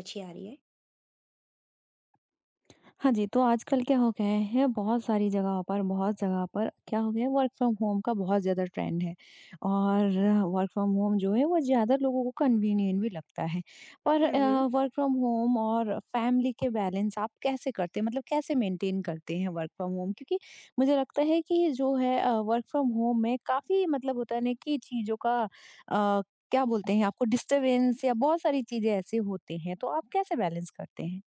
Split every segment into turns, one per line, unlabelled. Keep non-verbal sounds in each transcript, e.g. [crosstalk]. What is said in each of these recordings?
अच्छी आ रही है।
हाँ जी, तो आजकल क्या हो गया है बहुत सारी जगहों पर बहुत जगह पर क्या हो गया है वर्क फ्रॉम होम का बहुत ज़्यादा ट्रेंड है और वर्क फ्रॉम होम जो है वो ज़्यादा लोगों को कन्वीनिएंट भी लगता है। पर
हुँ, हुँ।
वर्क फ्रॉम होम और फैमिली के बैलेंस आप कैसे करते हैं? मतलब कैसे मेंटेन करते हैं वर्क फ्रॉम होम? क्योंकि मुझे लगता है कि जो है वर्क फ्रॉम होम में काफ़ी मतलब होता है ना कि चीज़ों का अ, क्या बोलते हैं आपको डिस्टर्बेंस या बहुत सारी चीज़ें ऐसे होते हैं, तो आप कैसे बैलेंस करते हैं?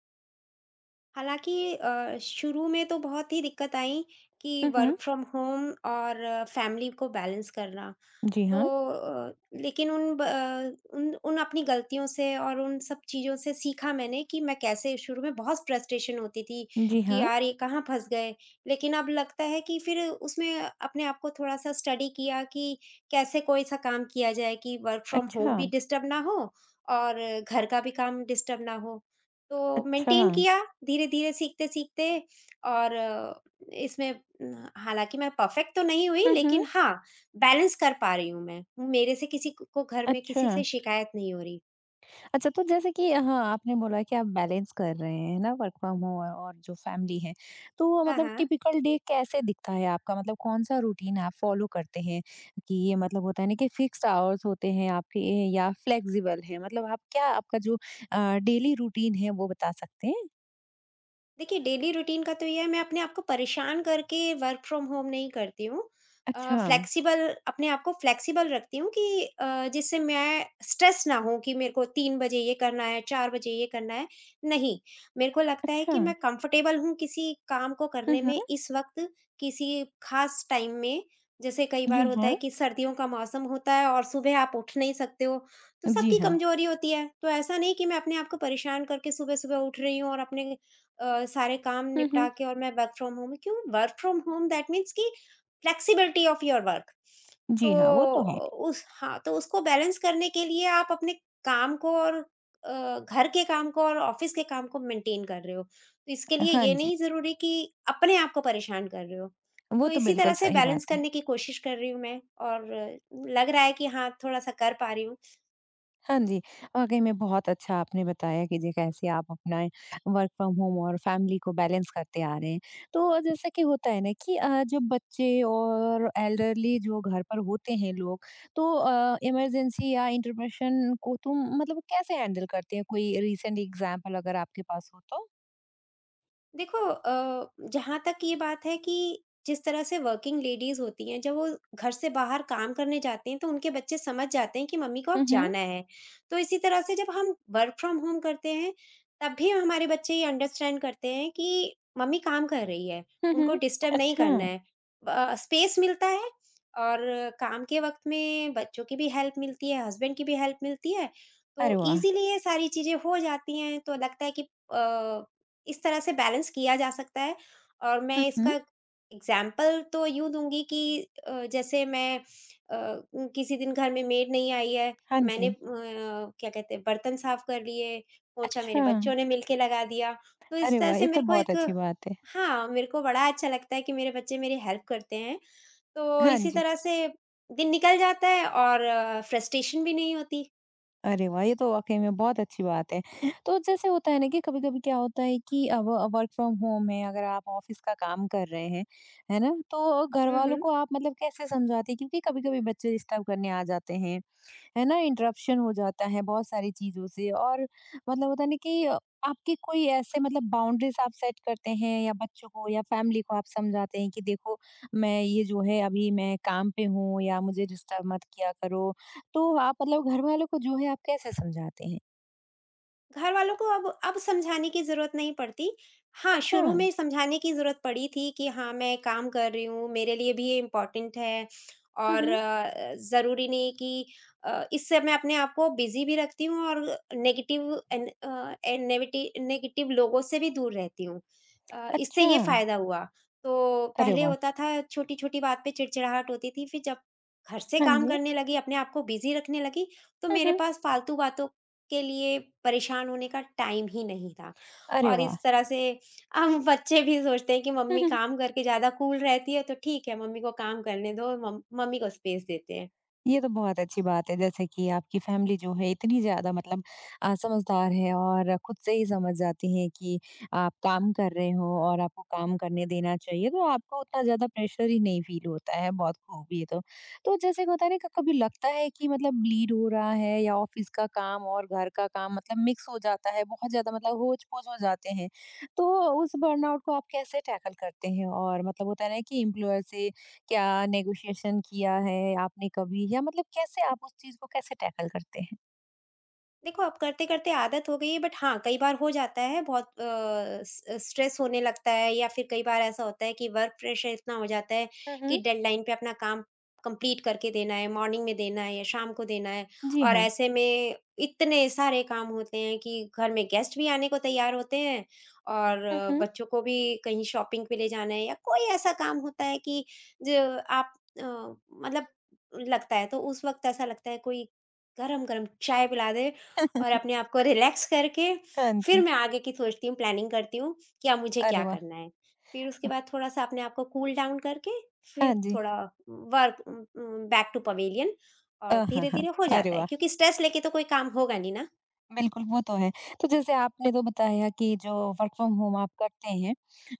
हालाँकि शुरू में तो बहुत ही दिक्कत आई कि
हुँ, हुँ।
वर्क फ्रॉम होम और फैमिली को बैलेंस करना।
जी
तो
हाँ।
अ, लेकिन उन अपनी गलतियों से और उन सब चीज़ों से सीखा मैंने कि मैं कैसे शुरू में बहुत फ्रस्ट्रेशन होती थी
जी
कि
हाँ।
यार ये कहाँ फँस गए। लेकिन अब लगता है कि फिर उसमें अपने आप को थोड़ा-सा स्टडी किया कि कैसे कोई-सा काम किया जाए कि वर्क फ्रॉम होम
अच्छा,
भी डिस्टर्ब ना हो और घर का भी काम डिस्टर्ब ना हो। तो
अच्छा।
मेंटेन किया धीरे-धीरे, सीखते-सीखते और इसमें हालाँकि मैं परफ़ेक्ट तो नहीं हुई
हुँ, हुँ।
लेकिन हाँ, बैलेंस कर पा रही हूँ मैं, हूँ, मेरे से किसी क को घर में
अच्छा।
किसी से शिकायत नहीं हो रही।
अच्छा तो जैसे कि हाँ, आपने बोला कि आप बैलेंस कर रहे हैं, है ना? वर्क फ्रॉम होम औ और जो फैमिली है। तो
हाँ,
मतलब
हाँ।
टिपिकल डे कैसे दिखता है आपका? मतलब कौन-सा रूटीन आप फॉलो करते हैं कि ये मतलब होता है ना कि फिक्स्ड आवर्स होते हैं आपके या फ्लेक्सिबल हैं? मतलब आप क्या आपका जो डेली रूटीन है वो बता सकते हैं?
देखिए, डेली रूटीन का तो ये है मैं अपने आप को परेशान करके वर्क फ्रॉम होम नहीं करती हूँ। अ,
अच्छा,
फ्लेक्सिबल अपने आप को फ्लेक्सिबल रखती हूँ कि जिससे मैं स्ट्रेस ना हो कि मेरे को 3 बजे ये करना है, 4 बजे ये करना है। नहीं, मेरे को लगता है
अच्छा।
कि मैं कंफर्टेबल हूँ किसी काम को
हुँ,
करने
हुँ।
में इस वक़्त किसी ख़ास टाइम में। जैसे कई बार
जी
होता है
हाँ।
कि सर्दियों का मौसम होता है और सुबह आप उठ नहीं सकते हो, तो
जी
सबकी
हाँ।
कमज़ोरी होती है। तो ऐसा नहीं कि मैं अपने आप को परेशान करके सुबह-सुबह उठ रही हूँ और अपने सारे काम
हुँ,
निपटा
हुँ।
के और मैं work from home that means कि फ्लेक्सिबिलिटी ऑफ योर वर्क। तो
जी हाँ, वो तो है।
उस हाँ तो उसको बैलेंस करने के लिए आप अपने काम को और घर के काम को और ऑफिस के काम को मेंटेन कर रहे हो तो इसके लिए
हाँ
ये
जी,
नहीं जरूरी कि अपने आप को परेशान कर रहे हो। तो
वो तो
इसी तरह
बिल्कुल
से
सही
बैलेंस
बात है।
करने की कोशिश कर रही हूँ मैं और लग रहा है कि हाँ थोड़ा सा कर पा रही हूँ।
हाँ जी, वाक़ई में बहुत अच्छा आपने बताया कि जी कैसे आप अपना वर्क फ्रॉम होम और फैमिली को बैलेंस करते आ रहे हैं। तो जैसा कि होता है ना कि जब बच्चे और एल्डरली जो घर पर होते हैं लोग, तो इमरजेंसी या इंटरप्शन को तुम मतलब कैसे हैंडल करते हैं? कोई रीसेंट एग्ज़ाम्पल अगर आपके पास हो तो?
देखो जहाँ तक ये बात है कि जिस तरह से वर्किंग लेडीज होती हैं जब वो घर से बाहर काम करने जाते हैं तो उनके बच्चे समझ जाते हैं कि मम्मी को अब
हुँ, हुँ।
जाना है। तो इसी तरह से जब हम वर्क फ्रॉम होम करते हैं तब भी हमारे बच्चे ये अंडरस्टैंड करते हैं कि मम्मी काम कर रही है,
हुँ,
उनको
हुँ।
डिस्टर्ब नहीं
अच्छा,
करना है, स्पेस मिलता है और काम के वक्त में बच्चों की भी हेल्प मिलती है, हस्बैंड की भी हेल्प मिलती है। तो
अरे वाह!
इजीली ये सारी चीजें हो जाती हैं तो लगता है कि इस तरह से बैलेंस किया जा सकता है। और मैं
हुँ, हुँ।
इसका एग्ज़ाम्पल तो यूँ दूँगी कि जैसे मैं अ, किसी दिन घर में मेड नहीं आई है,
हाँ
मैंने
जी।
क्या कहते हैं बर्तन साफ़ कर लिए, पोंछा मेरे
अच्छा,
बच्चों ने मिलके लगा दिया, तो इस
अरे
तरह
वाह!
से
ये तो
मेरे को
बहुत
एक
अच्छी बात है।
हाँ, मेरे को बड़ा अच्छा लगता है कि मेरे बच्चे मेरी हेल्प करते हैं, तो
हाँ
इसी
जी।
तरह से दिन निकल जाता है और फ्रस्ट्रेशन भी नहीं होती।
अरे वाह! ये तो वाक़ई में बहुत अच्छी बात है। तो जैसे होता है ना कि कभी-कभी क्या होता है कि अब वर्क फ्रॉम होम है, अगर आप ऑफ़िस का काम कर रहे हैं, है ना? तो घर
हुँ,
वालों
हुँ।
को आप मतलब कैसे समझाते हैं? क्योंकि कभी-कभी बच्चे डिस्टर्ब करने आ जाते हैं है ना, इंटरप्शन हो जाता है बहुत सारी चीज़ों से और मतलब होता है ना कि आपकी कोई ऐसे मतलब बाउंड्रीज़ आप सेट करते हैं या बच्चों को या फैमिली को आप समझाते हैं कि देखो मैं ये जो है अभी मैं काम पे हूँ या मुझे डिस्टर्ब मत किया करो। तो आप मतलब घर वालों को जो है आप कैसे समझाते हैं?
घर वालों को अब समझाने की ज़रूरत नहीं पड़ती। हाँ,
अच्छा।
शुरू में समझाने की ज़रूरत पड़ी थी कि हाँ, मैं काम कर रही हूँ, मेरे लिए भी ये इम्पोर्टेंट है
हुँ,
और
हुँ।
अ, ज़रूरी नहीं कि अ, इससे मैं अपने आप को बिज़ी भी रखती हूँ और नेगेटिव एन अ, ए नेविटी नेगेटिव लोगों से भी दूर रहती हूँ। इससे
अच्छा,
ये फ़ायदा हुआ। तो
अरे
पहले
वाह!
होता था छोटी-छोटी बात पे चिड़चिड़ाहट होती थी, फिर जब घर से
हाँ
काम
जी।
करने लगी, अपने आप को बिज़ी रखने लगी, तो
हुँ,
मेरे
हुँ।
पास फ़ालतू बातों के लिए परेशान होने का टाइम ही नहीं था।
अरे
और
वाह!
इस तरह से हम [laughs] बच्चे भी सोचते हैं कि मम्मी
[laughs]
काम करके ज़्यादा कूल रहती है तो ठीक है, मम्मी को काम करने दो, मम मम्मी को स्पेस देते हैं।
ये तो बहुत अच्छी बात है जैसे कि आपकी फैमिली जो है इतनी ज़्यादा मतलब समझदार है और खुद से ही समझ जाती है कि आप काम कर रहे हो और आपको काम करने देना चाहिए तो आपको उतना ज़्यादा प्रेशर ही नहीं फील होता है बहुत खूब ये तो जैसे कि होता है ना कभी लगता है कि मतलब ब्लीड हो रहा है या ऑफिस का काम और घर का काम मतलब मिक्स हो जाता है बहुत ज़्यादा मतलब होच पोच हो जाते हैं तो उस बर्नआउट को आप कैसे टैकल करते हैं और मतलब होता है ना कि एम्प्लॉयर से क्या नेगोशिएशन किया है आपने कभी या मतलब कैसे आप उस चीज को कैसे टैकल करते हैं?
देखो, अब करते-करते आदत हो गई है बट हाँ, कई बार हो जाता है बहुत अ, स स्ट्रेस होने लगता है या फिर कई बार ऐसा होता है कि वर्क प्रेशर इतना हो जाता है कि
हम्म।
डेडलाइन पे अपना काम कंप्लीट करके देना है, मॉर्निंग में देना है या शाम को देना है।
जी
और
हाँ।
ऐसे में इतने सारे काम होते हैं कि घर में गेस्ट भी आने को तैयार होते हैं और
हम्म।
बच्चों को भी कहीं शॉपिंग पे ले जाना है या कोई ऐसा काम होता है कि जो आप अ, मतलब लगता है तो उस वक़्त ऐसा लगता है कोई गरम-गरम चाय पिला दे और
[laughs]
अपने आप को रिलैक्स करके,
हाँ
फिर
जी।
मैं आगे की सोचती हूँ, प्लानिंग करती हूँ कि अब मुझे
अरे
क्या
वाह!
करना है। फिर उसके बाद थोड़ा-सा अपने आप को कूल डाउन करके, फिर
हाँ जी।
थोड़ा वर्क बैक टू पवेलियन और
हाँ, हाँ।
धीरे-धीरे हो
अरे
जाता है,
वाह!
क्योंकि स्ट्रेस लेके तो कोई काम होगा नहीं ना।
बिल्कुल, वो तो है। तो जैसे आपने तो बताया कि जो वर्क फ्रॉम होम आप करते हैं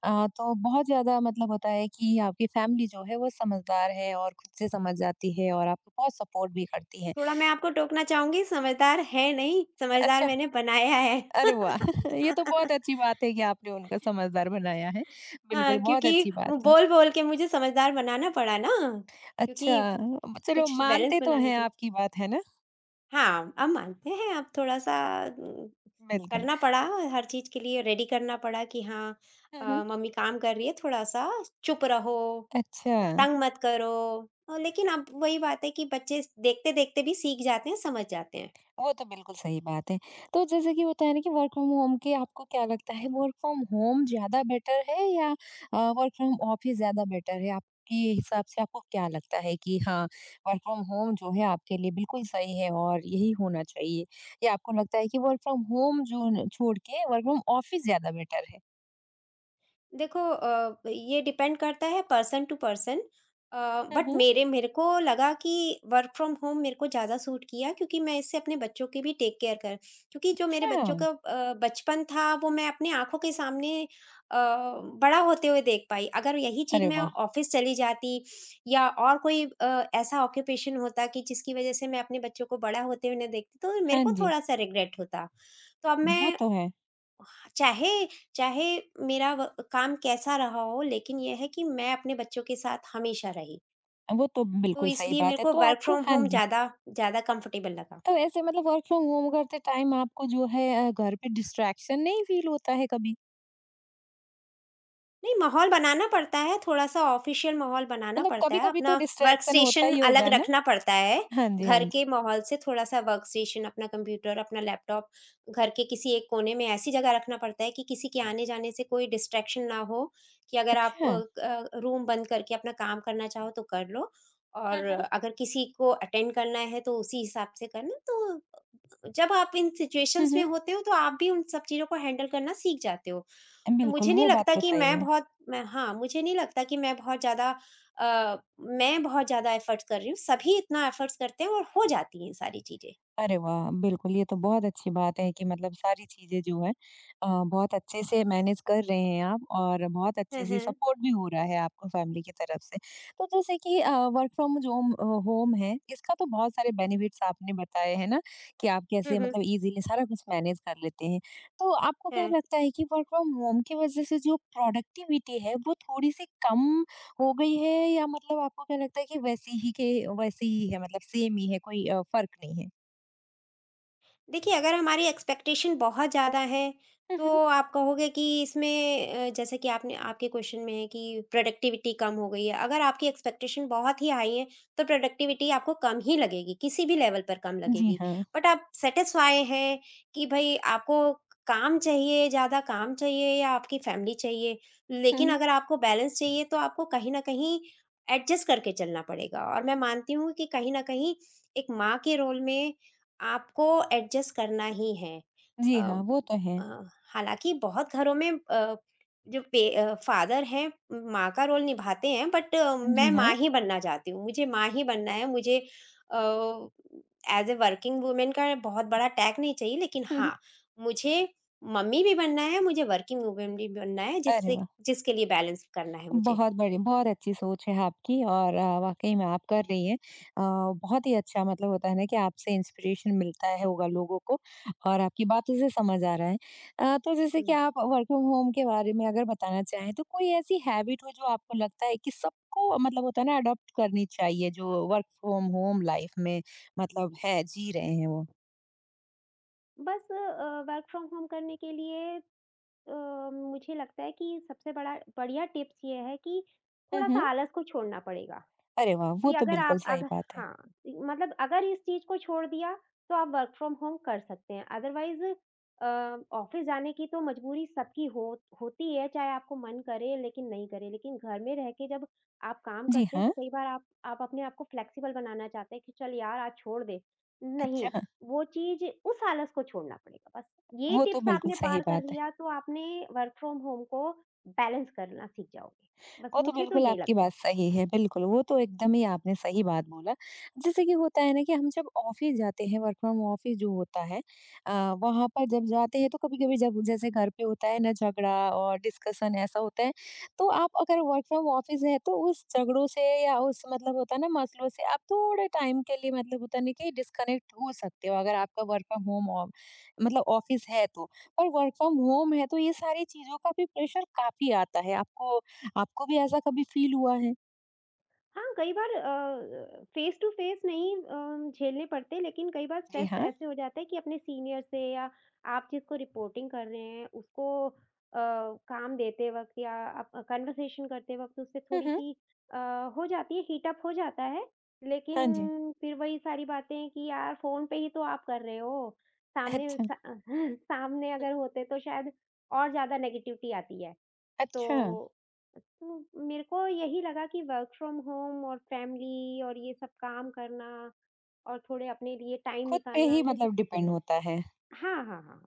तो बहुत ज़्यादा मतलब होता है कि आपकी फैमिली जो है वो समझदार है और खुद से समझ जाती है और आपको बहुत सपोर्ट भी करती है।
थोड़ा मैं आपको टोकना चाहूँगी, समझदार है नहीं, समझदार
अच्छा,
मैंने बनाया है। [laughs]
अरे वाह! [laughs] ये तो बहुत अच्छी बात है कि आपने उनको समझदार बनाया है।
हाँ,
बिल्कुल, बहुत
क्योंकि
अच्छी
वो
बात है।
बोल-बोल के मुझे समझदार बनाना पड़ा ना,
अच्छा,
क्योंकि
चलो
कुछ बैलेंस
मानते तो
बनाने
हैं
के लिए
आपकी बात, है ना?
हाँ, अब मानते हैं अब थोड़ा-सा उम,
बिल्कुल।
करना पड़ा, हर चीज़ के लिए रेडी करना पड़ा कि हाँ
हुँ, हुँ।
मम्मी काम कर रही है, थोड़ा-सा चुप रहो,
अच्छा,
तंग मत करो। लेकिन अब वही बात है कि बच्चे स देखते-देखते भी सीख जाते हैं, समझ जाते हैं।
वो तो बिल्कुल सही बात है। तो जैसे कि होता है ना कि वर्क फ्रॉम होम के आपको क्या लगता है वर्क फ्रॉम होम ज़्यादा बेटर है या वर्क फ्रॉम ऑफिस ज़्यादा बेटर है? आपके हिसाब से आपको क्या लगता है कि हाँ, वर्क फ्रॉम होम जो है आपके लिए बिल्कुल सही है और यही होना चाहिए? या आपको लगता है कि वर्क फ्रॉम होम जो न छोड़ के वर्क फ्रॉम ऑफिस ज़्यादा बेटर है?
देखो ये डिपेंड करता है पर्सन टू पर्सन
हुँ,
बट
हुँ।
मेरे मेरे को लगा कि वर्क फ्रॉम होम मेरे को ज़्यादा सूट किया क्योंकि मैं इससे अपने बच्चों की भी टेक केयर कर, क्योंकि जो मेरे
अच्छा,
बच्चों का बचपन था वो मैं अपने आंखों के सामने बड़ा होते हुए देख पाई, अगर यही चीज़
अरे
मैं
वाह!
ऑफिस चली जाती या और कोई ऐसा ऑक्यूपेशन होता कि जिसकी वजह से मैं अपने बच्चों को बड़ा होते हुए ना देखती तो मेरे
हाँ
को
जी,
थोड़ा सा रिग्रेट होता। तो अब
वो
मैं
तो है।
चाहे चाहे मेरा व काम कैसा रहा हो, लेकिन ये है कि मैं अपने बच्चों के साथ हमेशा रही।
वो तो
तो
बिल्कुल सही
इसलिए मेरे
बात है।
को
तो
वर्क
आपको
फ्रॉम
हाँ
होम
जी,
ज़्यादा ज़्यादा कम्फ़र्टेबल लगा।
तो ऐसे मतलब वर्क फ्रॉम होम करते टाइम आपको जो है घर पे डिस्ट्रैक्शन नहीं फ़ील होता है कभी?
नहीं, माहौल बनाना पड़ता है, थोड़ा-सा ऑफ़िशियल माहौल बनाना
मतलब
पड़ता है,
कभी-कभी
अपना
तो
वर्क
डिस्ट्रैक्शन होता
स्टेशन
ही
अलग
होगा ना?
रखना पड़ता है,
हाँ जी, हाँ
घर
जी।
के माहौल से थोड़ा-सा वर्क स्टेशन, अपना कंप्यूटर, अपना लैपटॉप घर के किसी एक कोने में ऐसी जगह रखना पड़ता है कि किसी के आने-जाने से कोई डिस्ट्रैक्शन ना हो, कि अगर आप
अच्छा।
क रूम बंद करके अपना काम करना चाहो तो कर लो और
हुँ, हुँ।
अगर किसी को अटेंड करना है तो उसी हिसाब से करना। तो जब आप इन
हुँ,
सिचुएशंस में
हुँ।
होते हो तो आप भी उन सब चीज़ों को हैंडल करना सीख जाते हो। तो
बिल्कुल,
मुझे नहीं
वो बात
लगता
तो
कि
सही
मैं
है।
बहुत मैं हाँ, मुझे नहीं लगता कि मैं बहुत ज़्यादा एफ़र्ट्स कर रही हूँ, सभी इतना एफ़र्ट्स करते हैं और हो जाती हैं सारी चीज़ें।
अरे वाह! बिल्कुल, ये तो बहुत अच्छी बात है कि मतलब सारी चीज़ें जो हैं बहुत अच्छे से मैनेज कर रहे हैं आप और बहुत
हुँ,
अच्छे से
हुँ।
सपोर्ट भी हो रहा है आपको फैमिली की तरफ से। तो जैसे कि अ, वर्क फ्रॉम जोम अ, होम है, इसका तो बहुत सारे बेनिफिट्स आपने बताए हैं ना कि आप
हुँ,
कैसे मतलब
हुँ।
ईज़िली सारा कुछ मैनेज कर लेते हैं। तो आपको क्या
है।
लगता है कि वर्क फ्रॉम होम की वज़ह से जो प्रोडक्टिविटी है, वो थोड़ी-सी कम हो गई है या मतलब आपको क्या लगता है कि वैसी ही के वैसी ही है, मतलब सेम ही है, कोई फ़र्क नहीं है?
देखिए, अगर हमारी एक्सपेक्टेशन बहुत ज़्यादा है,
हुँ,
तो
हुँ।
आप कहोगे कि इसमें जैसे कि आपने आपके क्वेश्चन में है कि प्रोडक्टिविटी कम हो गई है। अगर आपकी एक्सपेक्टेशन बहुत ही हाई है, तो प्रोडक्टिविटी आपको कम ही लगेगी, किसी भी लेवल पर कम
जी
लगेगी।
हाँ।
बट आप सैटिस्फाई हैं कि भई आपको काम चाहिए, ज़्यादा काम चाहिए या आपकी फैमिली चाहिए। लेकिन
हुँ।
अगर आपको बैलेंस चाहिए, तो आपको कहीं न कहीं एडजस्ट करके चलना पड़ेगा और मैं मानती हूँ कि कहीं न कहीं एक माँ के रोल में आपको एडजस्ट करना ही है। अ
जी हाँ, वो तो है।
अ, हालाँकि बहुत घरों में जो पे फ़ादर हैं, माँ का रोल निभाते हैं बट मैं
जी हाँ।
माँ ही बनना चाहती हूँ। मुझे माँ ही बनना है, मुझे अ, एज़ अ वर्किंग वूमेन का बहुत बड़ा टैग नहीं चाहिए लेकिन
हुँ,
हाँ,
हुँ।
मुझे मम्मी भी बनना है, मुझे वर्किंग वूमेन भी बनना है,
अरे
जिससे
वाह!
जिसके लिए बैलेंस करना है मुझे।
बहुत बड़ी बहुत अच्छी सोच है आपकी और वाक़ई में आप कर रही हैं। अ, बहुत ही अच्छा मतलब होता है ना कि आपसे इंस्पिरेशन मिलता है होगा लोगों को और आपकी बातों से समझ आ रहा है। तो जैसे कि
हुँ।
आप वर्क फ्रॉम होम के बारे में अगर बताना चाहें तो कोई ऐसी हैबिट हो जो आपको लगता है कि सबको मतलब होता है ना अडॉप्ट करनी चाहिए जो वर्क फ्रॉम होम लाइफ में मतलब है, जी रहे हैं वो?
बस वर्क फ्रॉम होम करने के लिए अ, मुझे लगता है कि सबसे बड़ा बढ़िया टिप्स ये है कि
हुँ, हुँ।
थोड़ा-सा आलस को छोड़ना पड़ेगा।
अरे वाह!
कि
वो तो
अगर आप
बिल्कुल सही
अगर
बात है।
हाँ, मतलब अगर इस चीज़ को छोड़ दिया, तो आप वर्क फ्रॉम होम कर सकते हैं। अदरवाइज़ अ, ऑफ़िस जाने की तो मजबूरी सबकी हो होती है, चाहे आपको मन करे लेकिन नहीं करे। लेकिन घर में रह के जब आप काम
जी
करते हैं,
हाँ,
तो कई बार आप अपने आप को फ्लेक्सिबल बनाना चाहते हैं कि चल यार आज छोड़ दे। नहीं,
अच्छा!
वो चीज़ उस आलस को छोड़ना पड़ेगा बस। ये
वो तो
टिप्स
बिल्कुल
आपने
सही
पार कर
बात
लिया, तो आपने वर्क फ्रॉम होम को बैलेंस करना सीख जाओगे। बस
वो तो
मुझे तो
बिल्कुल
यही
आपकी
लगता है।
बात सही है, बिल्कुल, वो तो एकदम ही आपने सही बात बोला। जैसे कि होता है ना कि हम जब ऑफ़िस जाते हैं, वर्क फ्रॉम ऑफ़िस जो होता है अ, वहाँ पर जब जाते हैं तो कभी-कभी जब जैसे घर पे होता है ना झगड़ा और डिस्कशन ऐसा होता है, तो आप अगर वर्क फ्रॉम ऑफ़िस है तो उस झगड़ों से या उस मतलब होता है ना मसलों से आप थोड़े टाइम के लिए मतलब होता है ना कि डिस्कनेक्ट हो सकते हो अगर आपका वर्क फ्रॉम होम ऑ मतलब ऑफ़िस है तो। पर वर्क फ्रॉम होम है तो ये सारी चीज़ों का भी प्रेशर काफ़ी आता है, आपको आपको भी ऐसा कभी फील हुआ है?
हाँ, कई बार फ़ेस टू फ़ेस नहीं झेलने पड़ते, लेकिन कई बार
जी
स्ट्रेस
हाँ।
ऐसे हो जाता है कि अपने सीनियर से या आप जिसको रिपोर्टिंग कर रहे हैं, उसको अ, काम देते वक़्त या आप कन्वर्सेशन करते वक़्त उससे
हुँ, हुँ।
थोड़ी-सी अ, हो जाती है, हीट अप हो जाता है।
हाँ जी।
लेकिन फिर वही सारी बातें कि यार फ़ोन पे ही तो आप कर रहे हो, सामने
अच्छा।
सा [laughs] सामने
हुँ।
अगर होते तो शायद और ज़्यादा नेगेटिविटी आती है। तो
अच्छा,
तो मेरे को यही लगा कि वर्क फ्रॉम होम और फैमिली और ये सब काम करना और थोड़े अपने लिए टाइम
खुद पे
निकालना
ही
ये सब
मतलब
चीज़ें
डिपेंड
हैं।
होता है,
हाँ, हाँ, हाँ।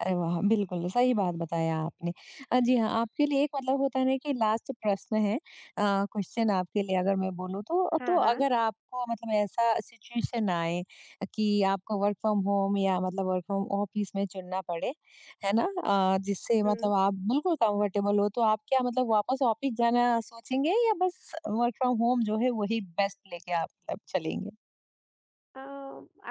अरे वाह! बिल्कुल, सही बात बताया आपने। जी हाँ, आपके लिए एक मतलब होता है ना कि लास्ट प्रश्न है क्वेश्चन आपके लिए अगर मैं बोलूँ तो
हाँ, हाँ।
अगर आपको मतलब ऐसा सिचुएशन आए कि आपको वर्क फ्रॉम होम या मतलब वर्क फ्रॉम ऑफिस में चुनना पड़े, है ना? जिससे
हुँ।
मतलब आप बिल्कुल कंफर्टेबल हो, तो आप क्या मतलब वापस ऑफिस जाना सोचेंगे या बस वर्क फ्रॉम होम जो है वही बेस्ट लेके आप मतलब चलेंगे?
अ,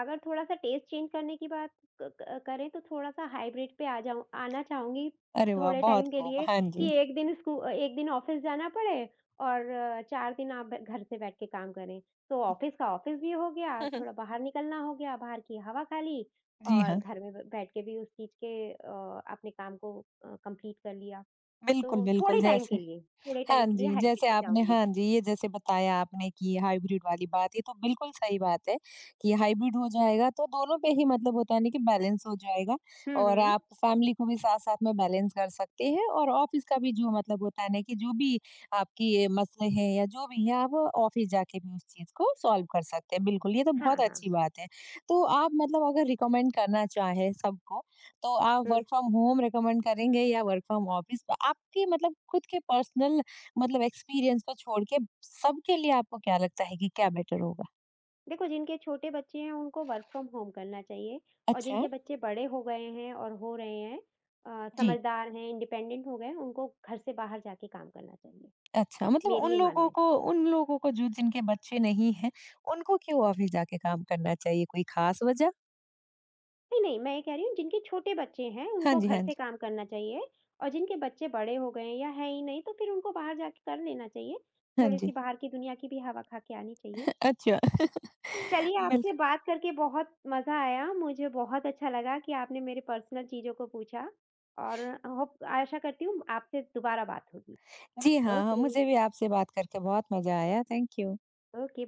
अगर थोड़ा-सा टेस्ट चेंज करने की बात क क करें तो थोड़ा-सा हाइब्रिड पे आ जाऊँ आना चाहूँगी
अरे वाह!
थोड़े
बहुत
टाइम के
खूब।
लिए
हाँ
कि
जी।
1 दिन ऑफ़िस जाना पड़े और 4 दिन आप घर से बैठ के काम करें। तो ऑफ़िस भी हो गया, थोड़ा
[laughs]
बाहर निकलना हो गया, बाहर की हवा खा ली
जी
और
हाँ,
घर में ब बैठ के भी उस चीज़ के अपने काम को कंप्लीट कर लिया।
बिल्कुल,
तो
बिल्कुल
थोड़े टाइम
जैसे
के लिए, थोड़े
हाँ
टाइम के लिए
जी,
हाइब्रिड
जैसे
पे
आपने
जाऊँगी।
हाँ जी, ये जैसे बताया आपने कि हाइब्रिड वाली बात, ये तो बिल्कुल सही बात है कि हाइब्रिड हो जाएगा तो दोनों पे ही मतलब होता है ना कि बैलेंस हो जाएगा
हुँ,
और
हुँ।
आप फैमिली को भी साथ-साथ में बैलेंस कर सकते हैं और ऑफ़िस का भी जो मतलब होता है ना कि जो भी आपकी ये मसले हैं या जो भी है, आप ऑफ़िस जाके भी उस चीज़ को सॉल्व कर सकते हैं। बिल्कुल, ये तो बहुत
हाँ, हाँ।
अच्छी बात है। तो आप मतलब अगर रिकमेंड करना चाहें सबको, तो आप
हुँ।
वर्क फ्रॉम होम रिकमेंड करेंगे या वर्क फ्रॉम ऑफ़िस? आपकी मतलब खुद के पर्सनल मतलब एक्सपीरियंस को छोड़ के सबके लिए आपको क्या लगता है कि क्या बेटर होगा?
देखो जिनके छोटे बच्चे हैं उनको वर्क फ्रॉम होम करना चाहिए और
अच्छा।
जिनके बच्चे बड़े हो गए हैं और हो रहे हैं
जी,
समझदार हैं, इंडिपेंडेंट हो गए हैं, उनको घर से बाहर जाके काम करना चाहिए।
अच्छा मतलब
मेरी ये मानना है।
उन लोगों को जो जिनके बच्चे नहीं हैं, उनको क्यों ऑफ़िस जाके काम करना चाहिए, कोई ख़ास वजह?
नहीं नहीं मैं ये कह रही हूँ जिनके छोटे बच्चे हैं
हाँ
उनको
जी,
घर
हाँ
से
जी।
काम करना चाहिए और जिनके बच्चे बड़े हो गए हैं या है ही नहीं तो फिर उनको बाहर जाके कर लेना चाहिए।
हाँ
थोड़ी सी
जी।
बाहर की दुनिया की भी हवा खा के आनी चाहिए।
[laughs] अच्छा।
चलिए,
बिल
आपसे बात करके बहुत मज़ा आया। मुझे बहुत अच्छा लगा कि आपने मेरे पर्सनल चीज़ों को पूछा और होप आशा करती हूँ आपसे दोबारा बात होगी।
जी हाँ, हाँ,
ओके,
मुझे भी आपसे बात करके बहुत मज़ा आया। Thank you.
ओके।